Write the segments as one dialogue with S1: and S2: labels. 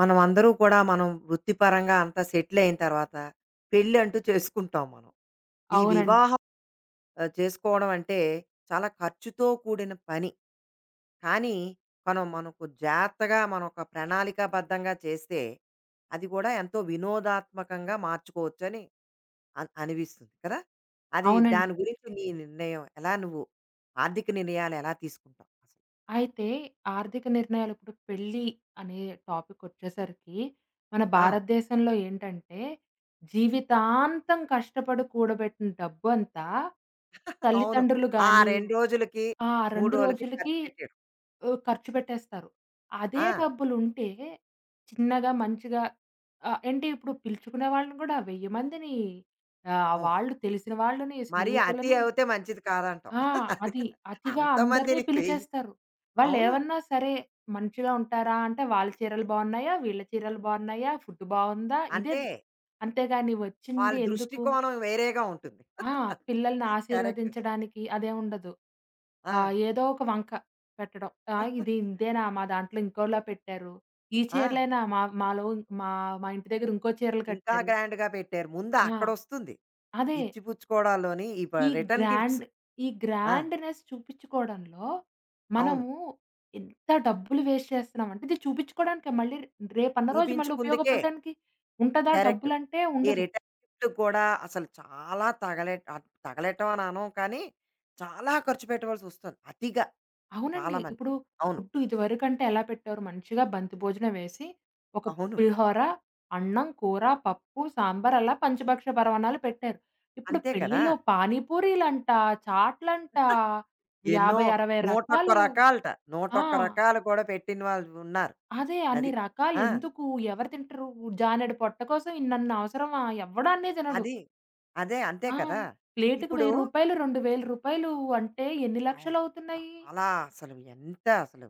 S1: మనం అందరూ కూడా మనం వృత్తిపరంగా అంతా సెటిల్ అయిన తర్వాత పెళ్ళి అంటూ చేసుకుంటాం మనం. ఈ
S2: అవునండి.
S1: వివాహం చేసుకోవడం అంటే చాలా ఖర్చుతో కూడిన పని. కానీ మనం మనకు జాగ్రత్తగా మనం ఒక ప్రణాళికాబద్ధంగా చేస్తే అది కూడా ఎంతో వినోదాత్మకంగా మార్చుకోవచ్చని అనిపిస్తుంది కదా! అది
S2: అవునండి.
S1: దాని గురించి నీ నిర్ణయం ఎలా నువ్వు ఆర్థిక నిర్ణయాలు ఎలా తీసుకుంటావు అసలు?
S2: అయితే ఆర్థిక నిర్ణయాలు ఇప్పుడు పెళ్లి అనే టాపికొచ్చేసరికి మన
S1: ఆ!
S2: భారతదేశంలో ఏంటంటే, జీవితాంతం కష్టపడి కూడబెట్టిన డబ్బంతా
S1: అవును.
S2: తల్లిదండ్రులు
S1: ఆ
S2: గాని
S1: 2 రోజులకి,
S2: ఆ!
S1: 3
S2: 2
S1: రోజులకి
S2: రోజులకి
S1: ఖర్చు పెట్టేయడం.
S2: ఖర్చు పెట్టేస్తారు. అదే
S1: ఆ!
S2: డబ్బులుంటే చిన్నగా మంచిగా ఏంటి ఇప్పుడు పిలుచుకునే వాళ్ళని గూడా 1000 మందిని
S1: అవును.
S2: వాళ్ళు తెలిసిన వాళ్ళని,
S1: మరీ అతి
S2: స్నేహితులని.
S1: అయితే మంచిది కాదంటావు.
S2: ఆ!
S1: అది
S2: అది. అతిగా అందరిని
S1: అంతమందిని వెయ్యి
S2: పిలిచేస్తారు.
S1: అవును.
S2: వాళ్ళేమన్నా సరే మంచిగా ఉంటారా అంటే, వాళ్ళ చీరలు బావున్నాయా? వీళ్ళ చీరలు బావున్నాయా? ఫుడ్ బావుందా? ఇదే
S1: అంతే.
S2: ద అంతేగాని
S1: వాళ్ళ
S2: వచ్చింది ఎందుకు?
S1: దృష్టికోణం వేరేగా ఉంటుంది.
S2: ఆ! పిల్లల్ని
S1: కరెక్ట్.
S2: ఆశీర్వదించడానికి అదేముండదు.
S1: ఆ!
S2: ఏదో ఒక వంక పెట్టడం. ఆ! ఇది ఇంతేనా? మా దాంట్లో ఇంకోలా పెట్టారు. ఈ
S1: ఆ!
S2: చీరలేనా? మా మాలో మా మా ఇంటి దగ్గర ఇంకో చీరలు
S1: ఇంకా
S2: కట్టారు.
S1: గ్రాండ్‌గా పెట్టారు. ముందు
S2: ఆ!
S1: అక్కడొస్తుంది.
S2: అదే.
S1: ఇచ్చిపుచ్చుకోవడాల్లోని ఈ
S2: ఈ
S1: రిటర్న్ గిఫ్ట్స్.
S2: గ్రాండ్ ఈ
S1: ఆ!
S2: గ్రాండ్‌నెస్ చూపిచ్చుకోవడంలో
S1: అవును.
S2: మనము ఎంత డబ్బులు వేస్ట్ చేస్తున్నామంటే, ఇది చూపిచ్చుకోవడానికే మళ్ళీ రేపన్న రోజు మళ్ళీ
S1: చూపించుకుందుకే.
S2: ఉపయోగపడడానికి ఉంటదా?
S1: కరెక్ట్.
S2: డబ్బులంటే
S1: ఈ
S2: ఉండదు.
S1: రిటర్న్ గిఫ్ట్‌కి కూడా అసలు చాలా తగలెట్టం అని అనం కానీ, చాలా ఖర్చు పెట్టవలసొస్తుంది. అతిగా
S2: అవునండి.
S1: చాలా మంది.
S2: ఇప్పుడు
S1: అవును.
S2: ఫుడ్ ఇదివరకంటే ఎలా పెట్టేవారు? మంచిగా బంతి భోజనం వేసి, ఒక
S1: అవును.
S2: పులిహోర, అన్నం, కూర, పప్పు, సాంబార్ అలా పంచభక్ష పరమాన్నాలు పెట్టారు. ఇప్పుడు
S1: అంతే కదా!
S2: పెళ్ళిలో పానీపూరీలంట, చాట్‌లంట
S1: ఎన్నో
S2: 50, 60
S1: 101
S2: రకాలు.
S1: రకాలట.
S2: ఆ!
S1: 101 రకాలు కూడా పెట్టిన వాళ్ళు ఉన్నారు.
S2: అదే అన్ని
S1: అది.
S2: రకాలు
S1: ఆ!
S2: ఎందుకు? ఎవరు తింటరు? జానెడు పొట్ట కోసం ఇన్నన్ని అవసరమా? ఎవ్వడు అన్నీ తినడు.
S1: అది. అదే. అంతే
S2: ఆ!
S1: కదా!
S2: ప్లేటుకి
S1: ఇప్పుడు
S2: రూ. 1000, రూ. 2000 అంటే ఎన్ని
S1: అవును.
S2: లక్షలవుతున్నాయి?
S1: చాలా అసలు ఎంత అసలు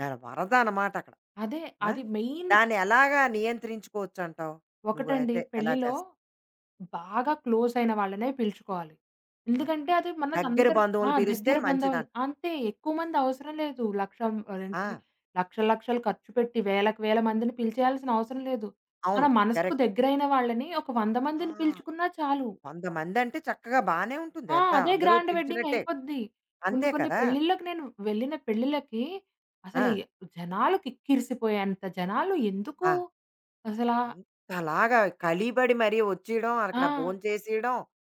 S1: దాని వరద అన్నమాట అక్కడ.
S2: అదే.
S1: ఆ!
S2: అది మెయిన్.
S1: దాన్ని ఎలాగా నియంత్రించుకోవచ్చంటావు?
S2: ఒకటండి,
S1: నువ్వైతే ఎలా
S2: పెళ్ళిలో
S1: చేస్తావు?
S2: బాగా క్లోజ్ అయిన వాళ్ళనే పిలుచుకోవాలి.
S1: అది.
S2: ఎందుకంటే అది
S1: దగ్గర
S2: మనదందరి. ఆ!
S1: బంధువులను పిలిస్తే
S2: దగ్గర బంధువులు.
S1: మంచిదంటావు.
S2: అంతే, ఎక్కువ మంది అవసరం లేదు.
S1: ఆ!
S2: అదేంటిది లక్షలు లక్షలు ఖర్చు పెట్టి వేలకు వేల మందిని పిలిచేయాల్సిన అవసరం లేదు. మన
S1: అవును.
S2: మనసుకు
S1: కరెక్ట్.
S2: దగ్గరైన వాళ్ళని ఒక 100
S1: ఆ!
S2: మందిని పిలుచుకున్నా చాలు.
S1: కొంతమందంటే చక్కగా బానే ఉంటుంది.
S2: ఆ!
S1: అంతా
S2: అదే
S1: అందరూ
S2: గ్రాండ్ వెడ్డింగ్
S1: పిలిచినట్టే.
S2: అయిపోద్ది. కొన్ని
S1: అంతే
S2: కొన్ని
S1: కదా!
S2: పెళ్ళిళ్ళకి, నేను వెళ్ళిన పెళ్ళిళ్ళకి
S1: ఆ!
S2: అసలు ఎ జనాలు కిక్కిరిసిపోయేంత జనాలు ఎందుకు?
S1: ఆ!
S2: అసలా
S1: అంతలాగా కలిబడి మరీ వచ్చేయడం,
S2: ఆ!
S1: అక్కడ భోంచేసేయడం,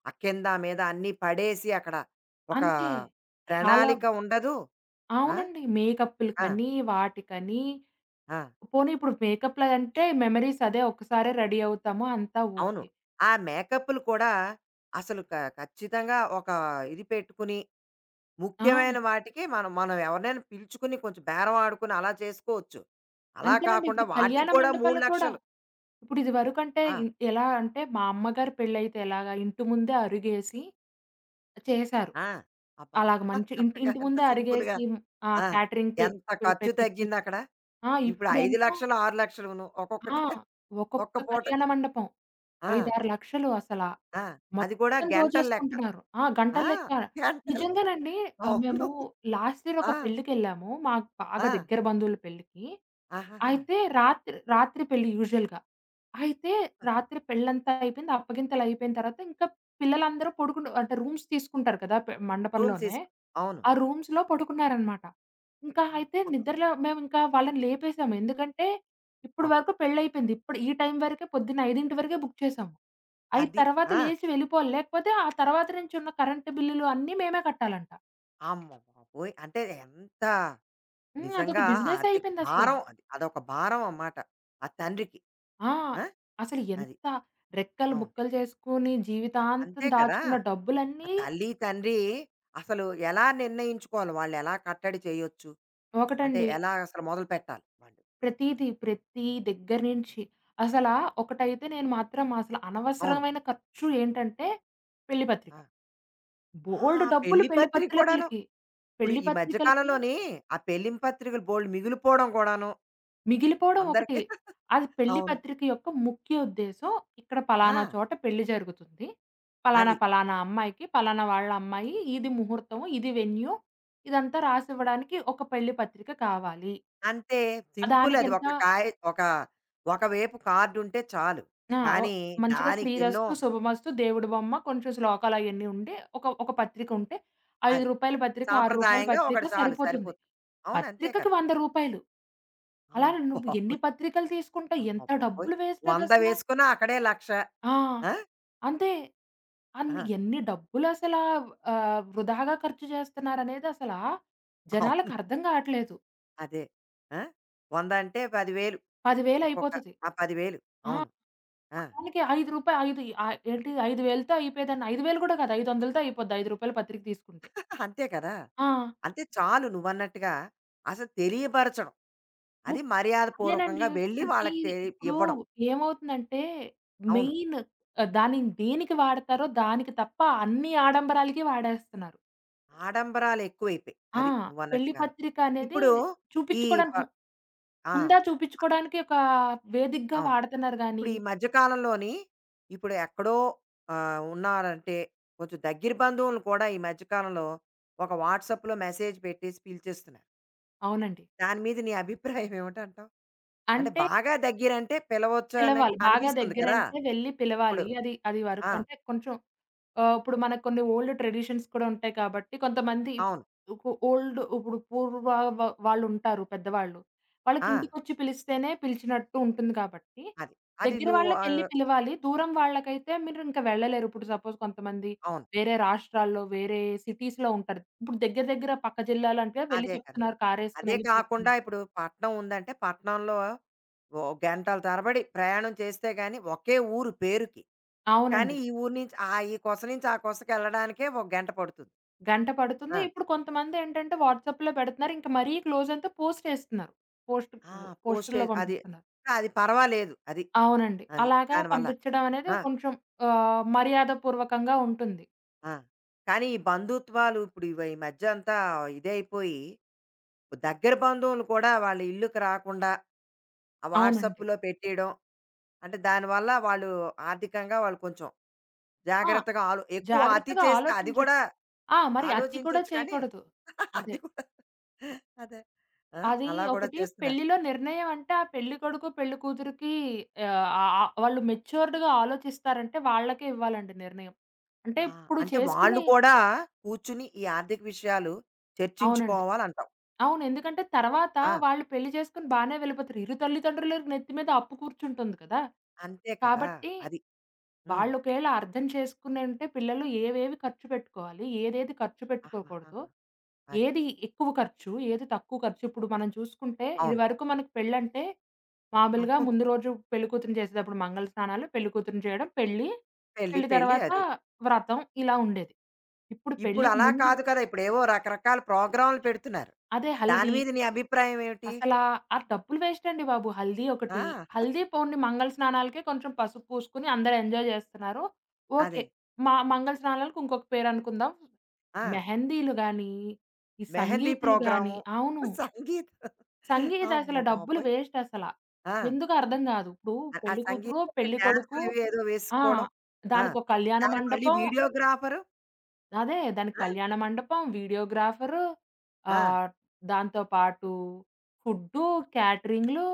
S1: ఆ కింద మీద అన్నీ పడేసి అక్కడ ఒక
S2: అంతే. చాలా
S1: ప్రణాళిక ఉండదు. ఆ!
S2: అవునండి.
S1: ఆ!
S2: మేకప్పులకని, వాటికని
S1: ఆ!
S2: పోనీ ఇప్పుడు మేకప్‌లంటే మెమరీస్, అదే ఒక్కసారే రెడీ అవుతాము, అంతా
S1: అవును.
S2: ఓకే.
S1: ఆ మేకప్‌లు కూడా అసలు ఖచ్చితంగా ఒక ఇది పెట్టుకుని,
S2: ఆ!
S1: ముఖ్యమైన వాటికి మనం మనం ఎవరినైనా పిలుచుకుని కొంచెం బేరం ఆడుకుని అలా చేసుకోవచ్చు. అలా
S2: అంతేనండి.
S1: కాకుండా
S2: ఇప్పుడు
S1: వాటికి
S2: కళ్యాణ
S1: కూడా
S2: మండపాలు కూడా
S1: 3,00,000
S2: ఇప్పుడు ఇదివరకంటే
S1: ఆ!
S2: ఎలా అంటే మా అమ్మగారి పెళ్ళైతే ఎలాగా ఇంటి ముందే అరుగేసి చేశారు.
S1: ఆ! అబ్బా!
S2: అలాగ మంచి ఇంటి
S1: చక్కగా
S2: ఇంటి
S1: ఎంత
S2: ముందే
S1: సింపుల్‌గా
S2: అరిగేసి, ఆ!
S1: ఆ!
S2: క్యాటరింగ్ పె
S1: ఎంత
S2: పె
S1: ఖర్చు
S2: పెట్టిచ్చి
S1: తగ్గిందక్కడ?
S2: ఆ!
S1: ఇప్పుడు
S2: ఇప్పుడెంత,
S1: 5,00,000 6,00,000
S2: ఆ!
S1: ఒక్కొక్కటి ఒక్క
S2: ఒక్కొక్క
S1: పూటకి.
S2: కళ్యాణ మండపం
S1: ఆ!
S2: 5, 6 లక్షలు అసల.
S1: ఆ! అది కూడా
S2: మొత్తం
S1: గంటల లెక్క.
S2: దోచేసుకుంటున్నారు. ఆ! గంటల
S1: ఆ!
S2: లెక్క.
S1: గంటల లెక్క.
S2: నిజంగానండి. మేము
S1: అవును.
S2: లాస్ట్ ఇయర్ ఒక
S1: ఆ!
S2: పెళ్ళికెళ్ళాము. మాకు
S1: ఆ!
S2: బాగా దగ్గర బంధువుల పెళ్ళికి.
S1: ఆహాహా!
S2: అయితే రాత్రి రాత్రి పెళ్లి యూజువల్‌గా. అయితే రాత్రి పెళ్ళంతా అయిపోయింది. అప్పగింతలు అయిపోయిన తర్వాత ఇంకా పిల్లలందరూ పడుకుని, అంటే రూమ్స్ తీసుకుంటారు కదా
S1: రూమ్
S2: మండపంలోనే.
S1: తీసుకు అవును.
S2: ఆ రూమ్స్‌లో పడుకున్నారనమాట. ఇంకా అయితే
S1: అవును.
S2: నిద్రలో మేమింకా వాళ్ళని లేపేసాము. ఎందుకంటే ఇప్పుడు
S1: అవును.
S2: వరకు పెళ్లయిపోయింది. ఇప్పుడు ఈ టైం వరకే, పొద్దున్న 5:00 వరకే బుక్ చేసాము. 5
S1: అది.
S2: తర్వాత
S1: ఆ!
S2: లేచి వెళ్ళిపోవాలి. లేకపోతే ఆ తర్వాత నుంచి ఉన్న కరెంట్ బిల్లులు అన్నీ మేమే కట్టాలంట.
S1: అమ్మ బాబోయ్! అంటే ఎంత
S2: హ్మ్. అదొక
S1: నిజంగా ఆ
S2: బిజినెస్
S1: ఆర్థిక
S2: అయిపోయిందసల.
S1: భారం అది. అదొక భారం అన్నమాట. ఆ తండ్రికి.
S2: ఆ!
S1: ఆ!
S2: అసలు
S1: అది.
S2: ఎంత రెక్కలు
S1: అవును.
S2: ముక్కలు చేసుకొని జీవితాంతం
S1: అంతే కదా!
S2: దాచుకున్న
S1: ఆ
S2: డబ్బులన్నీ.
S1: తల్లి, తండ్రి అసలు ఎలా నిర్ణయించుకోవాలి? వాళ్ళెలా కట్టడి చేయొచ్చు? అంటే
S2: ఒకటండి.
S1: ఎలా అసలు మొదలుపెట్టాలి వాళ్ళు?
S2: ప్రతీది, ప్రతి దగ్గర నుంచి. అసలా ఒకటైతే నేను మాత్రం అసలు
S1: అవును.
S2: అనవసరమైన ఖర్చు ఏంటంటే పెళ్లి పత్రిక.
S1: ఆ! ఆ!
S2: బోలెడు డబ్బులు
S1: పెళ్లి
S2: పెళ్లి
S1: పత్రిక కూడాను.
S2: పత్రికలకి.
S1: ఇప్పుడు
S2: పెళ్లి
S1: ఈ మధ్య
S2: పత్రికలకి
S1: కాలంలోని ఆ పెళ్లి పత్రికలు బోలెడు మిగిలిపోవడం కూడాను.
S2: మిగిలిపోవడం
S1: అందరికీ
S2: ఒకటే. అది పెళ్లి
S1: అవును.
S2: పత్రిక యొక్క ముఖ్య ఉద్దేశ్యం. ఇక్కడ
S1: ఆ!
S2: పలానా చోట పెళ్లి జరుగుతుంది. పలానా,
S1: అది.
S2: పలానా అమ్మాయికి, పలానా వాళ్ళ అమ్మాయి, ఇది ముహూర్తం, ఇది వెన్యూ, ఇదంతా రాసివ్వడానికి ఒక పెళ్లి పత్రిక కావాలి.
S1: అంతే సింపుల్ అది.
S2: దానికింత.
S1: ఒక కాయ ఒక ఒకవైపు కార్డ్ ఉంటే చాలు.
S2: ఆ! ఓ
S1: కానీ
S2: మంచిగా
S1: దానికెన్నో
S2: శ్రీరస్తు, శుభమస్తు, దేవుడి బొమ్మ, కొంచెం శ్లోకాలు అయన్నీ ఉండి ఒక ఒక పత్రిక ఉంటే,
S1: అది.
S2: రూ. 5 పత్రిక, రూ. 6
S1: సాంప్రదాయంగా
S2: పత్రిక
S1: ఒకటి చాలు
S2: సరిపోతుంది.
S1: సరిపోతుంది. అవును. అంతే
S2: పత్రికకి
S1: కదా!
S2: రూ. 100, అలా
S1: అమ్మ
S2: నువ్వు ఎన్ని
S1: బాబోయ్!
S2: పత్రికలు తీసుకుంటావు?
S1: అమ్మ
S2: ఎంత
S1: బాబోయ్!
S2: డబ్బులు వేస్ట్
S1: 100
S2: అదసల.
S1: వేసుకున్నా అక్కడే 1,00,000
S2: ఆ!
S1: ఆ!
S2: అంతే.
S1: ఆ!
S2: ఎన్ని డబ్బులసలా వృధాగా ఖర్చు చేస్తున్నారనేది
S1: అవును.
S2: జనాలకు అర్థం కావట్లేదు.
S1: అదే. ఆ! 100 అంటే 10,000
S2: 10,000
S1: ఒక్కొక్క
S2: అయిపోతది.
S1: ఆ! 10,000
S2: ఆ!
S1: అవును. ఆ!
S2: దానికి రూ. 5 5 ఆహ్, ఏంటి 5,000తో అయిపోయేదాన్ని. 5,000 కూడా కాదు. 500తో అయిపోద్ది. రూ. 5 పత్రిక తీసుకుంటే.
S1: అంతే కదా!
S2: ఆ!
S1: అంతే చాలు నువ్వన్నట్టుగా అసలు తెలియపరచడం. అది
S2: ముక్ అదేనండి.
S1: మర్యాదపూర్వకంగా వెళ్ళి వాళ్ళకి
S2: ప్రతీది ఇప్పుడు
S1: ఇవ్వడం.
S2: ఏమవుతుందంటే
S1: అవును.
S2: మెయిన్ దానిని దేనికి వాడతారో దానికి తప్ప అన్ని ఆడంబరాలకి వాడేస్తున్నారు.
S1: ఆడంబరాలు ఎక్కువైపోయాయి.
S2: ఆ!
S1: అది
S2: పెళ్లి
S1: నువ్వన్నట్టుగాను.
S2: పత్రిక అనేది
S1: ఇప్పుడు ఈ ప
S2: చూపించుకోవడానికి,
S1: ఆ!
S2: ఉందా చూపించుకోవడానికి ఒక వేదికగా
S1: అవును.
S2: వాడుతున్నారు
S1: ఇప్పుడు
S2: గానీ.
S1: ఈ మధ్య కాలంలోని ఇప్పుడు ఎక్కడో ఉన్నారంటే కొంచెం దగ్గర బంధువులను కూడా ఈ మధ్య కాలంలో ఒక వాట్సాప్‌లో మెసేజ్ పెట్టేసి పిలిచేస్తున్నారు.
S2: అవునండి.
S1: దాని మీద నీ అభిప్రాయం ఏమిటంటావు? అంటే
S2: అంటే
S1: బాగా దగ్గరంటే పిలవచ్చు అని
S2: పిలవాలి. బాగా
S1: అనిపిస్తుంది కదా!
S2: దగ్గరంటే వెళ్లి
S1: ఇప్పుడు.
S2: పిలవాలి. అది అది వరకు
S1: ఆ!
S2: అంటే కొంచెం ఇప్పుడు మనకు కొన్ని ఓల్డ్ ట్రెడిషన్స్ కూడా ఉంటాయి కాబట్టి, కొంతమంది ఇప్
S1: అవును.
S2: ఓల్డ్ ఇప్పుడు పూర్వ వ వాళ్ళుంటారు పెద్దవాళ్ళు.
S1: ఆ!
S2: వాళ్ళకింటికొచ్చి పిలిస్తేనే పిలిచినట్టు ఉంటుంది కాబట్టి,
S1: అది. అది
S2: దగ్గర
S1: నువ్వు
S2: వాళ్ళకెళ్లి పిలవాలి. దూరం వాళ్ళకైతే మీరింక వెళ్ళలేరు. ఇప్పుడు సపోజ్ కొంతమంది
S1: అవును.
S2: వేరే రాష్ట్రాల్లో, వేరే సిటీస్‌లో ఉంటారు. ఇప్పుడు దగ్గర దగ్గర పక్క జిల్లాలంటే వెళ్లి
S1: అదే కదా!
S2: చెప్తున్నారు. కారేసుకొని
S1: అదే
S2: ఎళ్లి
S1: కాకుండా
S2: పిలుస్తున్నారు.
S1: ఇప్పుడు పట్నం ఉందంటే పట్నంలో ఓ గంటల తరబడి ప్రయాణం చేస్తే గాని ఒకే ఊరు పేరుకి. కానీ
S2: అవునండి.
S1: ఈ ఊరు నుంచి ఆ ఈ కొస నుంచి ఆ కొసకెళ్ళడానికే ఒక గంట పడుతుంది.
S2: గంట
S1: ఆ!
S2: పడుతుంది. ఇప్పుడు కొంతమందేంటంటే వాట్సాప్‌లో పెడుతున్నారు. ఇంక మరీ క్లోజ్ అయితే పోస్టేస్తున్నారు. పోస్ట్
S1: ఆ!
S2: పోస్టుల్లో
S1: పోస్టేజ్ అది.
S2: పంపిస్తున్నారు.
S1: అది పర్వాలేదు. అది.
S2: అవునండి.
S1: అది.
S2: అలాగా
S1: దానివల్ల.
S2: పంపించడం అనేది
S1: ఆ!
S2: కొంచెం మర్యాదపూర్వకంగా ఉంటుంది.
S1: ఆ! కానీ ఈ బంధుత్వాలు ఇప్పుడు ఈ మధ్య అంతా ఇదైపోయి దగ్గర బంధువులు కూడా వాళ్ళ ఇల్లుకి రాకుండా ఆ
S2: అవునండి.
S1: వాట్సాప్‌లో పెట్టేయడం అంటే దానివల్ల వాళ్ళు ఆర్థికంగా వాళ్ళు కొంచెం
S2: ఆ!
S1: జాగ్రత్తగా ఎక్కువ అతి
S2: జాగ్రత్తగా
S1: చేస్తే అది
S2: ఆలోచించండి.
S1: కూడా
S2: ఆ! మరి అతి కూడా
S1: ఆలోచించొచ్చు కానీ
S2: చేయకూడదు. అదే.
S1: అది కూడా అదే. ఆ!
S2: అది.
S1: అలా కూడా
S2: ఒకటి
S1: చేస్తున్నారు.
S2: పెళ్లిలో నిర్ణయం అంటే ఆ పెళ్లి కొడుకు, పెళ్లి కూతురికి ఆహ్, ఆహ్, వాళ్ళు మెచ్యూర్డ్‌గా ఆలోచిస్తారంటే వాళ్ళకే ఇవ్వాలండి నిర్ణయం. అంటే
S1: ఆ!
S2: ఇప్పుడు
S1: అంటే వాళ్ళు
S2: చేసుకుని,
S1: కూడా కూర్చుని ఈ ఆర్థిక విషయాలు
S2: అవునండి.
S1: చర్చించుకోవాలంటావు.
S2: అవును. ఎందుకంటే తర్వాత
S1: ఆ!
S2: వాళ్ళు పెళ్లి చేసుకొని బానే వెళ్ళిపోతారు. ఇరు తల్లిదండ్రుల నెత్తి మీద అప్పు కూర్చుంటుంది కదా.
S1: అంతే కదా!
S2: కాబట్టి
S1: అది. హ్మ్.
S2: వాళ్ళు ఒకవేళ అర్థం చేసుకుని ఉంటే పిల్లలు ఏవేవి ఖర్చు పెట్టుకోవాలి, ఏదేది ఖర్చు
S1: ఆహాహా!
S2: పెట్టుకోకూడదు,
S1: అది.
S2: ఏది ఎక్కువ ఖర్చు, ఏది తక్కువ ఖర్చు. ఇప్పుడు మనం చూసుకుంటే
S1: అవును.
S2: ఇదివరకు మనకు పెళ్ళంటే మామూలుగా
S1: అవును.
S2: ముందు రోజు పెళ్ళికూతురిని చేసేటప్పుడు మంగళ స్నానాలు, పెళ్ళికూతురిని చేయడం, పెళ్లి,
S1: పెళ్లి,
S2: పెళ్లి
S1: పెళ్లి
S2: తర్వాత
S1: అదే.
S2: వ్రతం ఇలా ఉండేది. ఇప్పుడు
S1: ఇప్పుడు
S2: పెళ్ళికి
S1: అలా
S2: ముందు
S1: కాదు కదా! ఇప్పుడేవో రకరకాల ప్రోగ్రామ్‌లు పెడుతున్నారు.
S2: అదే
S1: దాని
S2: హల్దీ.
S1: మీద నీ అభిప్రాయం ఏమిటి?
S2: అసలా ఆ డబ్బులు వేస్ట్ అండి బాబు. హల్దీ ఒకటి.
S1: ఆ!
S2: హల్దీ పోనీ మంగళ స్నానాలకే కొంచెం పసుపు పూసుకొని అందరూ ఎంజాయ్ జేస్తున్నారు.
S1: అదే.
S2: ఓకే. మా మంగళ స్నానాలకు ఇంకొక పేరనుకుందాం.
S1: ఆ!
S2: మెహందీలు గానీ, ఈ
S1: మెహందీ
S2: సంగీతులు గానీ.
S1: ప్రోగ్రాము.
S2: అవును.
S1: సంగీతం. అమ్మ
S2: సంగీతసల డబ్బులు
S1: బాబోయ్!
S2: వేస్ట్ అసల.
S1: ఆ!
S2: ఎందుకో అర్థం గాదు. ఇప్పుడు
S1: ఆ
S2: పెళ్లి కూతురు,
S1: సంగీతం అంటే
S2: పెళ్లి కొడుకు.
S1: డాన్సులవి ఏదో
S2: ఆ!
S1: వేసుకోవడం. ఆ!
S2: దానికొక కళ్యాణ
S1: దానికి మళ్ళీ
S2: మండపం.
S1: వీడియోగ్రాఫరు.
S2: అదే. దానికి
S1: ఆ!
S2: కళ్యాణ మండపం, వీడియోగ్రాఫరు ఆహ్, దాంతో పాటు ఫుడ్డు, క్యాటరింగ్‌లు,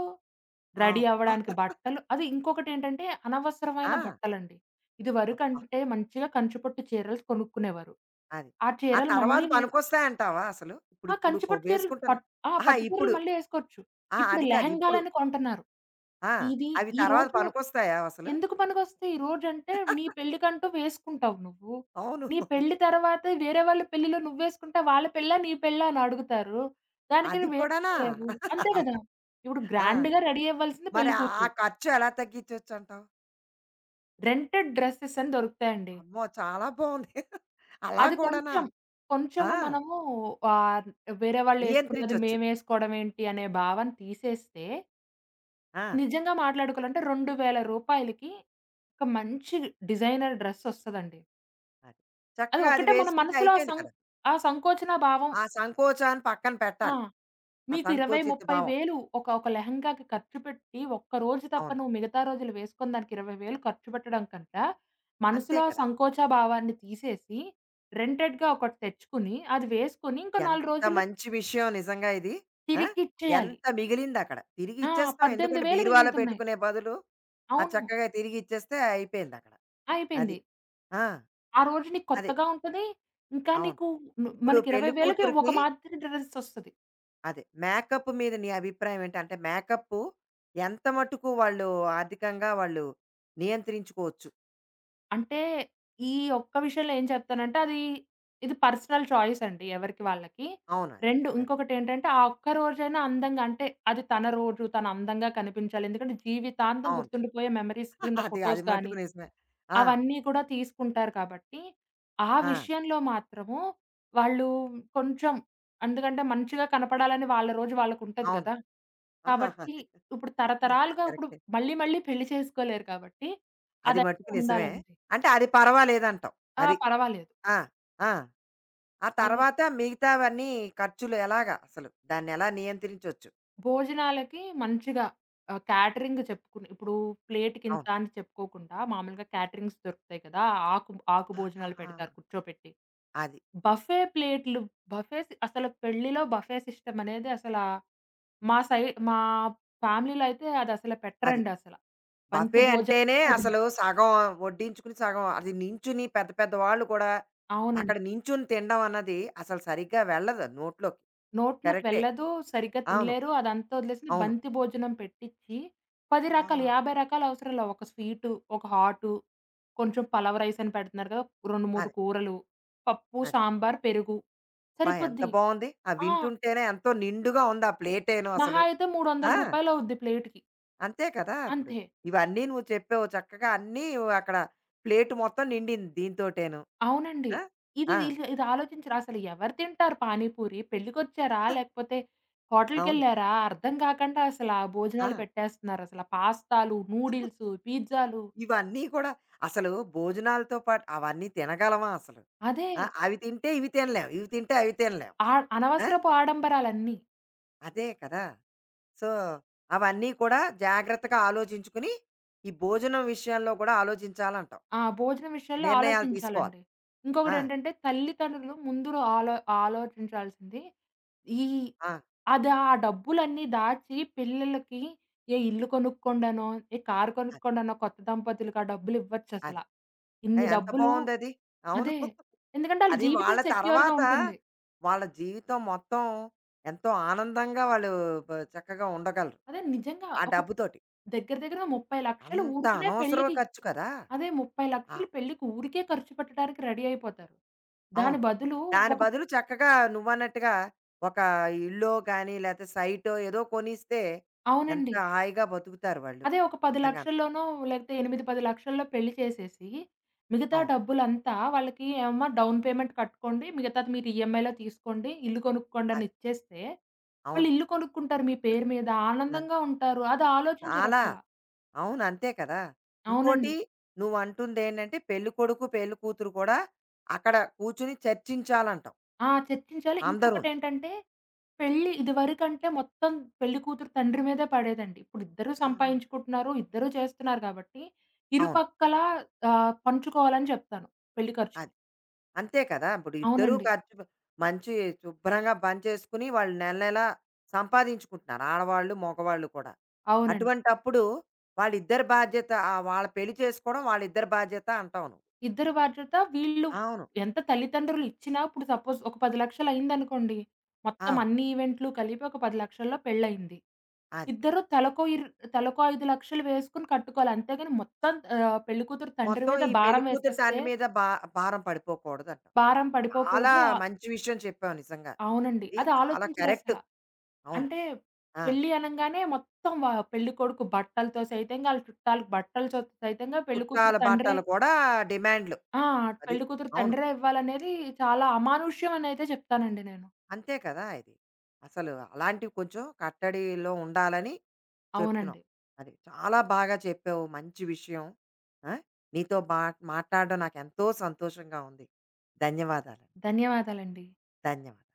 S1: ఆ!
S2: రెడీ అవ్వడానికి
S1: అబ్బా!
S2: బట్టలు. అది ఇంకొకటేంటంటే
S1: ఆ!
S2: అనవసరమైన బట్టలండి.
S1: అబ్బా!
S2: ఇదివరకంటే మంచిగా కంచిపట్టు చీరలు కొనుక్కునేవారు.
S1: అది.
S2: ఆ
S1: ఆ
S2: చీరలు
S1: తర్వాత
S2: మళ్ళీ వే
S1: పనికొస్తాయంటావా అసలు?
S2: ఆ!
S1: ఇప్పుడిప్పుడు
S2: కంచిపట్టు చీరలు
S1: వేసుకుంటున్న
S2: పట్ ఆ!
S1: అహా!
S2: పట్టు చీరలు
S1: ఇప్పుడు.
S2: మళ్ళీ ఏసుకోవచ్చు.
S1: ఆ!
S2: ఇప్పుడు
S1: అది కాదు. ఇప్పుడు.
S2: లెహెంగాలని కొంటున్నారు.
S1: ఆ!
S2: ఇది
S1: అవి
S2: ఈ
S1: తర్వాత
S2: రోజు
S1: పనికొస్తాయా అసలు?
S2: ఎందుకు పనికొస్తాయి? రోజంటే నీ పెళ్ళికంటూ వేసుకుంటావు నువ్వు.
S1: అవును.
S2: నీ పెళ్లి తర్వాత వేరే వాళ్ళ పెళ్ళిలో నువ్వేసుకుంటే వాళ్ళ పెళ్ళా? నీ పెళ్ళా? అని అడుగుతారు. దానికి
S1: అది
S2: నువ్వు
S1: కూడానా?
S2: వేసుకోలేవు. అంతే కదా. ఇప్పుడు
S1: ఆ!
S2: గ్రాండ్‌గా రెడీ అవ్వాల్సింది
S1: మరి ఆ
S2: పెళ్ళికూతురు.
S1: ఖర్చు ఎలా తగ్గించొచ్చంటావు?
S2: రెంటెడ్ డ్రెసెస్ అని దొరుకుతాయండి.
S1: అమ్మో! చాలా బావుంది. అలా
S2: అది
S1: కూడానా?
S2: కొంచెం,
S1: ఆ!
S2: కొంచెము మనము ఆహ్, వేరే వాళ్ళేసుకున్నది
S1: నియంత్రించొచ్చు.
S2: మేమేసుకోవడమేంటి అనే భావన తీసేస్తే,
S1: ఆ!
S2: నిజంగా మాట్లాడుకోవాలంటే రూ. 2000 రూపాయలకి ఒక మంచి డిజైనర్ డ్రెసొస్తదండి.
S1: అది.
S2: అది
S1: చక్కగా అది
S2: ఒక్కటే మన
S1: వేసుకుంటే
S2: మనసులో
S1: అయిపోయింది కదా!
S2: ఆ సంకోచన భావం.
S1: ఆ సంకోచాన్ని పక్కన
S2: ఆ!
S1: పెట్టాలి. ఆ
S2: మీకు 20,
S1: సంకోచిత
S2: 30
S1: భావం.
S2: వేలు ఒక ఒక లెహెంగాకి ఖర్చు పెట్టి, ఒక్క రోజు తప్ప
S1: అవును.
S2: నువ్వు మిగతా రోజులు వేసుకున్న దానికి 20,000 ఖర్చు పెట్టడం కంటా,
S1: అంతే
S2: మనసులో ఆ
S1: కదా!
S2: సంకోచ భావాన్ని తీసేసి, రెంటెడ్‌గా ఒకటి తెచ్చుకొని, అది వేసుకొని ఇంకో 4
S1: ఎంత
S2: రోజుల్లో
S1: మంచి విషయం నిజంగా ఇది. ఆ!
S2: తిరిగిచ్చేయాలి.
S1: ఎంత మిగిలిందక్కడ. తిరిగి
S2: ఆ!
S1: ఇచ్చేస్తాం. ఎందుకంటే
S2: 18,000
S1: బీరువాలో
S2: మిగులుతున్నాయి.
S1: పెట్టుకునే బదులు, అది
S2: అవును.
S1: చక్కగా తిరిగి ఇచ్చేస్తే అయిపోయిందక్కడ. అది.
S2: అయిపోయింది.
S1: ఆ!
S2: ఆ రోజు నీకు
S1: అదే.
S2: కొత్తగా ఉంటది. ఇంకా
S1: అవును.
S2: నీకు
S1: ఇప్పుడు
S2: మనకి 20,000కి ఒక
S1: పెళ్ళికూతురికి
S2: మాదిరి డ్రెస్ ఒస్తది.
S1: అదే. మేకప్ మీద నీ అభిప్రాయం ఏంటి? అంటే మేకప్పు ఎంత మట్టుకు వాళ్ళు ఆర్థికంగా వాళ్ళు నియంత్రించుకోవచ్చు.
S2: అంటే, ఈ ఒక్క విషయంలో ఏం చెప్తానంటే, అది ఇది పర్సనల్ చాయిస్ అండి ఎవరికి వాళ్ళకి.
S1: అవును. అదే.
S2: 2
S1: అదే.
S2: ఇంకొకటేంటంటే, ఆ ఒక్క రోజైనా అందంగా అంటే, అది తన రోజు, తను అందంగా కనిపించాలి. ఎందుకంటే, జీవితాంతం
S1: అవును.
S2: గుర్తుండిపోయే మెమరీస్ కింద
S1: అది అది
S2: ఫోటోస్ గానీ,
S1: మట్టుకు నిజమే. ఆ!
S2: అవన్నీ కూడా తీసుకుంటారు కాబట్టి, ఆ
S1: ఆ!
S2: విషయంలో మాత్రము వాళ్ళు కొంచెం. ఎందుకంటే, మంచిగా కనపడాలని వాళ్ళ రోజు వాళ్ళకుంటది
S1: అవును.
S2: కదా.
S1: ఆహాహా!
S2: కాబట్టి, ఇప్పుడు తరతరాలుగా ఇప్పుడు
S1: కరెక్టే.
S2: మళ్ళీ, మళ్ళీ పెళ్లి చేసుకోలేరు కాబట్టి,
S1: అది
S2: అదైతే
S1: మట్టుకు నిజమే.
S2: ఉండాలండి.
S1: అంటే అది పర్వాలేదంటావు.
S2: ఆ!
S1: అది.
S2: పర్వాలేదు.
S1: ఆ! ఆ! ఆ
S2: అది.
S1: తర్వాత మిగతావన్నీ ఖర్చులు ఎలాగా అసలు? దాన్నెలా నియంత్రించొచ్చు?
S2: భోజనాలకి మంచిగా క్యాటరింగ్ చెప్పుకుని, ఇప్పుడు ప్లేట్‌కింత
S1: అవును.
S2: అని చెప్పుకోకుండా మామూలుగా క్యాటరింగ్స్ దొరుకుతాయి కదా. ఆకు ఆకు భోజనాలు
S1: ఆహాహా!
S2: పెడతారు కూర్చోపెట్టి.
S1: అది.
S2: బఫే ప్లేట్‌లు, బఫేస్ అసలు పెళ్లిలో బఫే సిస్టమ్ అనేది అసల మా సై మా ఫ్యామిలీలో అయితే అది అసలు
S1: అది.
S2: పెట్టరండి అసల. బంతి
S1: బఫే
S2: భోజనం
S1: అంటేనే
S2: భోజనం.
S1: అసలు సగం వడ్డించుకుని, సగం అది నించుని పెద్ద పెద్ద వాళ్ళు కూడా అక్కడ
S2: అవునండి.
S1: నించుని తినడం అన్నది అసలు సరిగ్గా వెళ్ళదు నోట్లోకి.
S2: నోట్లోకి
S1: కరెక్టే.
S2: వెళ్ళదు. సరిగ్గా
S1: అవును.
S2: తినలేరు. అదంతా వదిలేసిన
S1: అవును.
S2: బంతి భోజనం పెట్టిచ్చి 10
S1: ఆ!
S2: రకాలు, 50 రకాల అవసరంలా ఒక స్వీటు, ఒక హాటు, కొంచెం పలావ్ రైస్ అని పెడుతున్నారు కదా. 2, 3
S1: అదే.
S2: కూరలు, పప్పు,
S1: అదే.
S2: సాంబార్, పెరుగు
S1: అబ్బా! ఎంత
S2: సరిపోద్ది.
S1: బావుంది. ఆ
S2: ఆ!
S1: వింటుంటేనే ఎంతో నిండుగా ఉంది ఆ ప్లేటేను
S2: మహా
S1: అసలు.
S2: అయితే రూ.
S1: ఆ!
S2: 300 అవుద్ది ప్లేట్‌కి.
S1: అంతే కదా! ఇప్పుడు.
S2: అంతే.
S1: ఇవన్నీ నువ్వు చెప్పావు చక్కగా అన్నీ అక్కడ ప్లేట్ మొత్తం నిండింది దీనితోటేను.
S2: అవునండి.
S1: ఆ!
S2: ఇది
S1: ఆ!
S2: వీళ్ళు ఇది ఆలోచించరు. అసలు ఎవరు తింటారు పానీపూరి? పెళ్ళికొచ్చారా? లేకపోతే
S1: అవును.
S2: హోటల్‌కెళ్లారా? అర్థం కాకుండా అసల
S1: ఆ!
S2: భోజనాలు పెట్టేస్తున్నారసల. పాస్తాలు, నూడిల్సు, పిజ్జాలు.
S1: ఇవన్నీ కూడా అసలు భోజనాలతో పాటు అవన్నీ తినగలమా అసలు?
S2: అదే.
S1: ఆ! అవి తింటే ఇవి తినలేం. ఇవి తింటే అవి తినలేం.
S2: ఆ
S1: ఆ!
S2: అనవసరపు ఆడంబరాలన్నీ.
S1: అదే కదా! సో, అవన్నీ కూడా జాగ్రత్తగా ఆలోచించుకుని, ఈ భోజనం విషయంలో కూడా ఆలోచించాలంటావు.
S2: ఆ! భోజనం విషయంలో
S1: నిర్ణయాలు తీసుకోవాలి.
S2: ఆలోచించాలండి.
S1: ఆ!
S2: ఇంకొకటేంటంటే తల్లిదండ్రులు ముందు ఆలో ఆలోచించాల్సింది ఈ
S1: ఆ!
S2: అది ఆ డబ్బులన్నీ దాచి పిల్లలకి ఏ ఇల్లు కొనుక్కోండనో, ఏ కారు
S1: అది.
S2: కొనుక్కోండనో కొత్త దంపతులకి ఆ డబ్బులివ్వచ్చసల.
S1: అది.
S2: ఇన్ని
S1: ఎంత
S2: డబ్బులు.
S1: బావుందది. అవును.
S2: అదే. ఎందుకంటే ఆళ్ళ
S1: అది
S2: జీవితం
S1: వాళ్ళ
S2: సెక్యూర్‌గా
S1: తర్వాత
S2: ఉంటుంది.
S1: వాళ్ళ జీవితం మొత్తం ఎంతో ఆనందంగా వాళ్ళు చక్కగా ఉండగలరు.
S2: అదే నిజంగా
S1: ఆ
S2: ఒక
S1: డబ్బుతోటి.
S2: దగ్గర దగ్గర 30,00,000
S1: అంత
S2: ఊరికనే
S1: అనవసరం
S2: పెళ్ళికి,
S1: ఖర్చు కదా!
S2: అదే
S1: ఆ!
S2: 30,00,000 పెళ్ళికి ఊరికే ఖర్చు పెట్టడానికి రెడీ అయిపోతారు. దాని
S1: అవును.
S2: బదులు
S1: దాని
S2: ఒక,
S1: బదులు చక్కగా నువ్వన్నట్టుగా ఒక ఇల్లో గానీ, లేతే సైటో ఏదో కొనిస్తే ఎంత
S2: అవునండి.
S1: హాయిగా బతుకుతారు వాళ్ళు.
S2: అదే ఒక
S1: నిజంగాను.
S2: 10,00,000లోనో లేకపోతే 8, 10,00,000లో పెళ్లి చేసేసి, మిగతా
S1: అవును.
S2: డబ్బులంతా వాళ్ళకి "అమ్మ డౌన్ పేమెంట్ కట్టుకోండి. మిగతాది మీరు ఈఎంఐలో తీసుకోండి. ఇల్లు కొనుక్కోండి" అని
S1: అదే.
S2: ఇచ్చేస్తే, వాళ్ళు
S1: అవును.
S2: ఇల్లు కొనుక్కుంటారు, మీ పేరు మీద
S1: అన్
S2: ఆనందంగా ఉంటారు. అది
S1: చాలా.
S2: ఆలోచించరసల.
S1: అవును. అంతే కదా! ఇంకోటి
S2: అవునండి.
S1: నువ్వంటుందేంటంటే పెళ్ళికొడుకు, పెళ్ళికూతురు కూడా అక్కడ కూర్చొని చర్చించాలంటావు
S2: ఆ! చర్చించాలి.
S1: అందరూను.
S2: ఇంకొకటేంటంటే, పెళ్లి ఇదివరకంటే మొత్తం పెళ్లి కూతురు తండ్రి మీదే పడేదండి. ఇప్పుడు ఇద్దరూ
S1: ఆ!
S2: సంపాదించుకుంటున్నారు, ఇద్దరూ చేస్తున్నారు కాబట్టి,
S1: అవును.
S2: ఇరుపక్కలా పంచుకోవాలని చెప్తాను, పెళ్లి
S1: అది.
S2: ఖర్చుని.
S1: అంతే కదా! ఇప్పుడు ఇద్దరూ
S2: అవునండి.
S1: ఖర్చు పె- మంచి శుభ్రంగా పనిచేసుకుని వాళ్ళు నెల నెలా సంపాదించుకుంటున్నారు. ఆడవాళ్ళు, మగవాళ్ళు కూడా.
S2: అవునండి.
S1: అటువంటప్పుడు వాళ్ళిద్దరి బాధ్యత వాళ్ళ పెళ్లి చేసుకోవడం వాళ్ళిద్దరి బాధ్యత అంటావు నువ్వు.
S2: ఇద్దరి బాధ్యత. వీళ్ళు
S1: అవును.
S2: ఎంత తల్లిదండ్రులు ఇచ్చినా, ఇప్పుడు సపోజ్ ఒక 10,00,000 అయిందనుకోండి, మొత్తం
S1: అవును.
S2: అన్ని ఈవెంట్లు కలిపి ఒక 10,00,000లో పెళ్లయింది.
S1: అది.
S2: ఇద్దరు తలకో ఇర్ తలకో 5,00,000 వేసుకొని కట్టుకోవాలి. అంతేగాని మొత్తం పెళ్లి కూతురు తండ్రి
S1: మొత్తం
S2: మీద
S1: ఈ
S2: భారం
S1: పెళ్ళికూతురు
S2: వేసేస్తే
S1: తండ్రి మీద భారం పడిపోకూడదంటావు.
S2: భారం
S1: చాలా
S2: పడిపోకూడదు.
S1: మంచి విషయం చెప్పావు నిజంగా.
S2: అవునండి.
S1: ఇది
S2: అది
S1: చాలా కరెక్ట్.
S2: ఆలోచించరసల.
S1: అవును.
S2: అంటే
S1: ఆ!
S2: పెళ్లి అనంగానే మొత్తం వ పెళ్లి కొడుకు బట్టలతో సైతంగా, ఆళ్ళ చుట్టాలకు బట్టలు సైతంగా పెళ్లి కూతురు
S1: చుట్టాల
S2: తండ్రే,
S1: బట్టలు కూడా డిమాండ్‌లు.
S2: ఆ!
S1: అది.
S2: పెళ్లి కూతురు
S1: అవును.
S2: తండ్రే ఇవ్వాలనేది చాలా అమానుష్యం అనైతే చెప్తానండి నేను.
S1: అంతే కదా ఇది. అసలు అలాంటివి కొంచెం కట్టడిలో ఉండాలని చెప్తున్నాం.
S2: అవునండి.
S1: అది. చాలా బాగా చెప్పావు. మంచి విషయం. ఆ! నీతో మాట్లాడడం నాకెంతో సంతోషంగా ఉంది. ధన్యవాదాలు.
S2: ధన్యవాదాలండి.
S1: ధన్యవాదాలు.